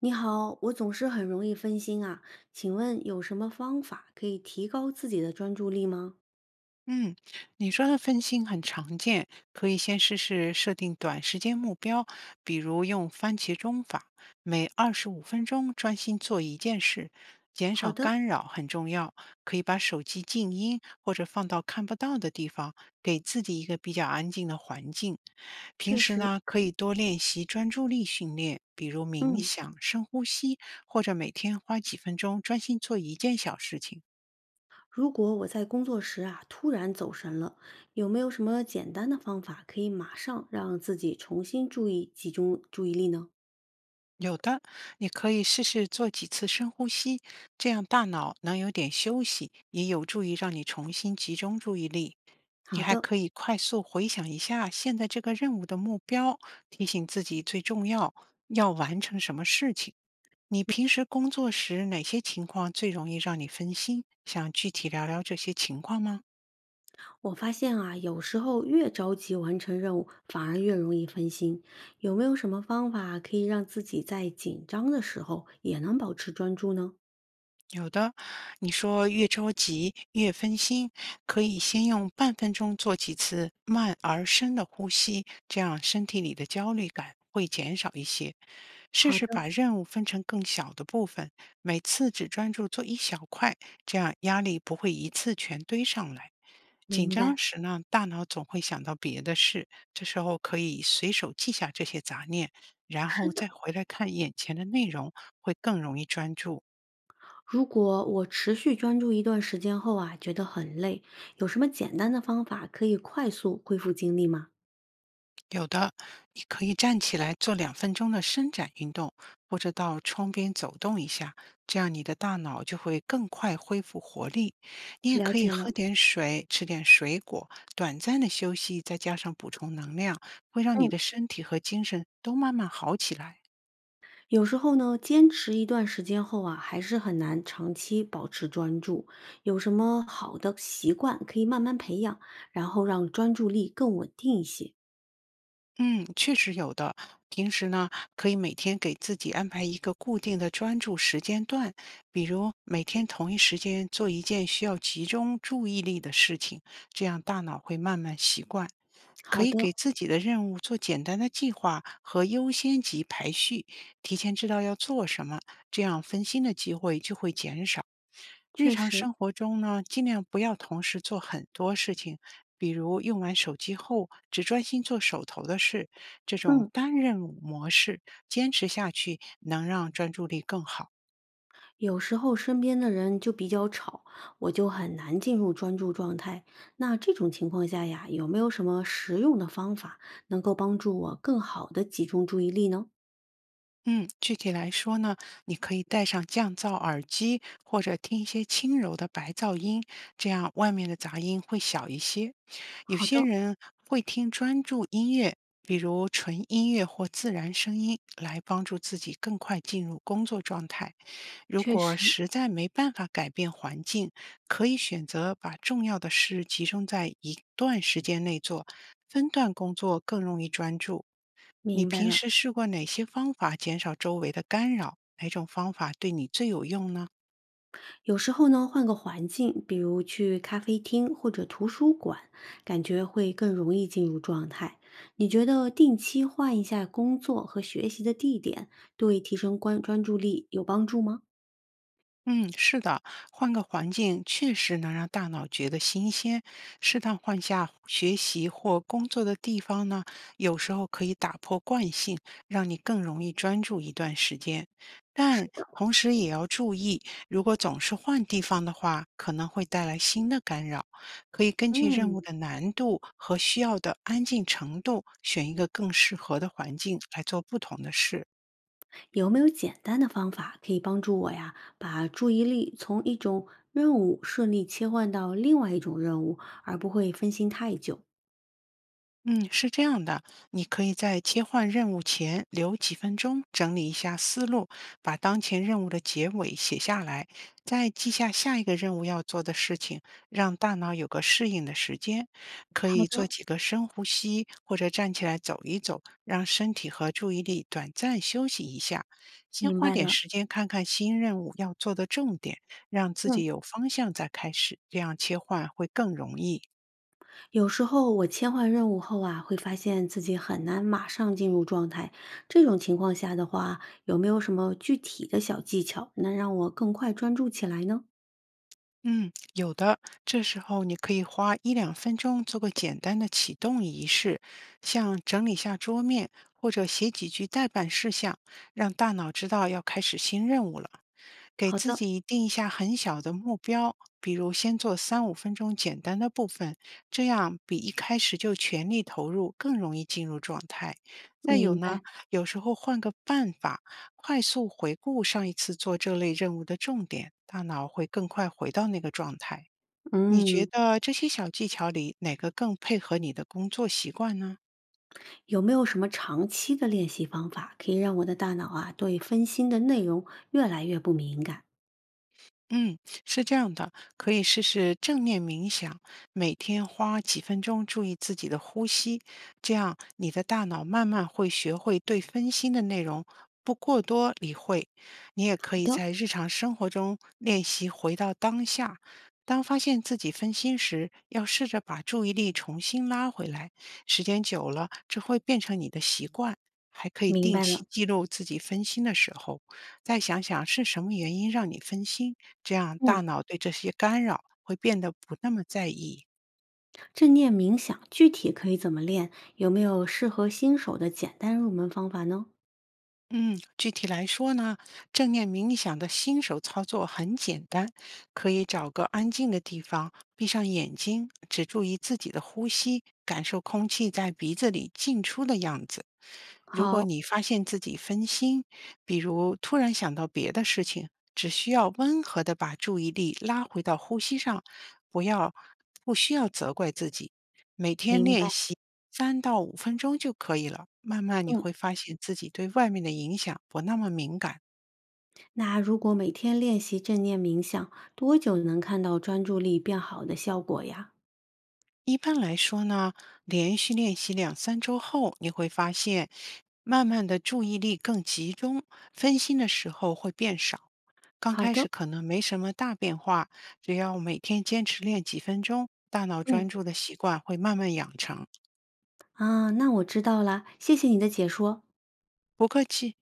你好，我总是很容易分心啊，请问有什么方法可以提高自己的专注力吗？嗯，你说的分心很常见，可以先试试设定短时间目标，比如用番茄钟法，每25分钟专心做一件事，减好少的，干扰很重要。可以把手机静音或者放到看不到的地方，给自己一个比较安静的环境。平确时实，呢，可以多练习专注力训练，比如冥嗯，想、深呼吸，或者每天花几分钟专心做一件小事情。如果我在工作时啊突然走神了，有没有什么简单的方法可以马上让自己重新注意集中注意力呢？有的，你可以试试做几次深呼吸，这样大脑能有点休息，也有助于让你重新集中注意力。你好还的，可以快速回想一下现在这个任务的目标，提醒自己最重要要完成什么事情。你平时工作时哪些情况最容易让你分心？想具体聊聊这些情况吗？我发现啊，有时候越着急完成任务，反而越容易分心。有没有什么方法可以让自己在紧张的时候也能保持专注呢？有的，你说越着急越分心，可以先用半分钟做几次慢而深的呼吸，这样身体里的焦虑感会减少一些。试好试的，把任务分成更小的部分，每次只专注做一小块，这样压力不会一次全堆上来。紧明张白。时呢，大脑总会想到别的事，这时候可以随手记下这些杂念，然是后的，再回来看眼前的内容，会更容易专注。如果我持续专注一段时间后啊，觉得很累，有什么简单的方法可以快速恢复精力吗？有的，你可以站起来做两分钟的伸展运动，或者到窗边走动一下，这样你的大脑就会更快恢复活力。你也了可以解喝了，点水，吃点水果，短暂的休息，再加上补充能量，会让你嗯，的身体和精神都慢慢好起来。有时候呢，坚持一段时间后啊，还是很难长期保持专注。有什么好的习惯可以慢慢培养，然后让专注力更稳定一些？嗯，确实有的。平时呢，可以每天给自己安排一个固定的专注时间段，比如每天同一时间做一件需要集中注意力的事情，这样大脑会慢慢习惯。可好以的，给自己的任务做简单的计划和优先级排序，提前知道要做什么，这样分心的机会就会减少。日确常实，生活中呢，尽量不要同时做很多事情，比如用完手机后只专心做手头的事，这种嗯。单任务模式坚持下去能让专注力更好。有时候身边的人就比较吵，我就很难进入专注状态。那这种情况下呀，有没有什么实用的方法能够帮助我更好的集中注意力呢？嗯，具体来说呢，你可以戴上降噪耳机，或者听一些轻柔的白噪音，这样外面的杂音会小一些。有好些的，人会听专注音乐，比如纯音乐或自然声音，来帮助自己更快进入工作状态。如确果实实在没办法改变环境，可以选择把重要的事集中在一段时间内做，分段工作更容易专注。你明白平了。时试过哪些方法减少周围的干扰？哪种方法对你最有用呢？有时候呢，换个环境，比如去咖啡厅或者图书馆，感觉会更容易进入状态。你觉得定期换一下工作和学习的地点，对提升关专注力有帮助吗？嗯，是的，换个环境确实能让大脑觉得新鲜。适当换下学习或工作的地方呢，有时候可以打破惯性，让你更容易专注一段时间。是但的，同时也要注意，如果总是换地方的话，可能会带来新的干扰。可以根据任嗯。务的难度和需要的安静程度，选一个更适合的环境来做不同的事。有没有简单的方法可以帮助我呀，把注意力从一种任务顺利切换到另外一种任务，而不会分心太久？嗯，是这样的，你可以在切换任务前留几分钟，整理一下思路，把当前任务的结尾写下来，再记下下一个任务要做的事情，让大脑有个适应的时间。可好以做的，几个深呼吸，或者站起来走一走，让身体和注意力短暂休息一下。先明花白点了。时间看看新任务要做的重点，让自嗯，己有方向再开始，这样切换会更容易。有时候我切换任务后啊，会发现自己很难马上进入状态。这种情况下的话，有没有什么具体的小技巧能让我更快专注起来呢？嗯，有的。这时候你可以花一两分钟做个简单的启动仪式，像整理下桌面或者写几句待办事项，让大脑知道要开始新任务了。给好自的，己定一下很小的目标，比如先做三五分钟简单的部分，这样比一开始就全力投入更容易进入状态。再有明呢，白。有时候换个办法。快速回顾上一次做这类任务的重点，大脑会更快回到那个状态。你觉嗯。得这些小技巧里哪个更配合你的工作习惯呢？有没有什么长期的练习方法，可以让我的大脑啊对分心的内容越来越不敏感？嗯，是这样的，可以试试正念冥想，每天花几分钟注意自己的呼吸，这样你的大脑慢慢会学会对分心的内容不过多理会。你也可好以的，在日常生活中练习回到当下，当发现自己分心时，要试着把注意力重新拉回来。时间久了，这会变成你的习惯。还可以明定白了，期记录自己分心的时候，再想想是什么原因让你分心。这样嗯，大脑对这些干扰会变得不那么在意。正念冥想具体可以怎么练？有没有适合新手的简单入门方法呢？嗯，具体来说呢，正念冥想的新手操作很简单，可以找个安静的地方，闭上眼睛，只注意自己的呼吸，感受空气在鼻子里进出的样子。如果好，你发现自己分心，比如突然想到别的事情，只需要温和的把注意力拉回到呼吸上，不要不需要责怪自己，每天明练白。习3到5分钟就可以了。慢慢你嗯，会发现自己对外面的影响不那么敏感。那如果每天练习正念冥想，多久能看到专注力变好的效果呀？一般来说呢，连续练习两三周后，你会发现，慢慢的注意力更集中，分心的时候会变少。刚好开始的，可能没什么大变化，只要每天坚持练几分钟，大脑嗯，专注的习惯会慢慢养成。啊，那我知道啦，谢谢你的解说。不客气。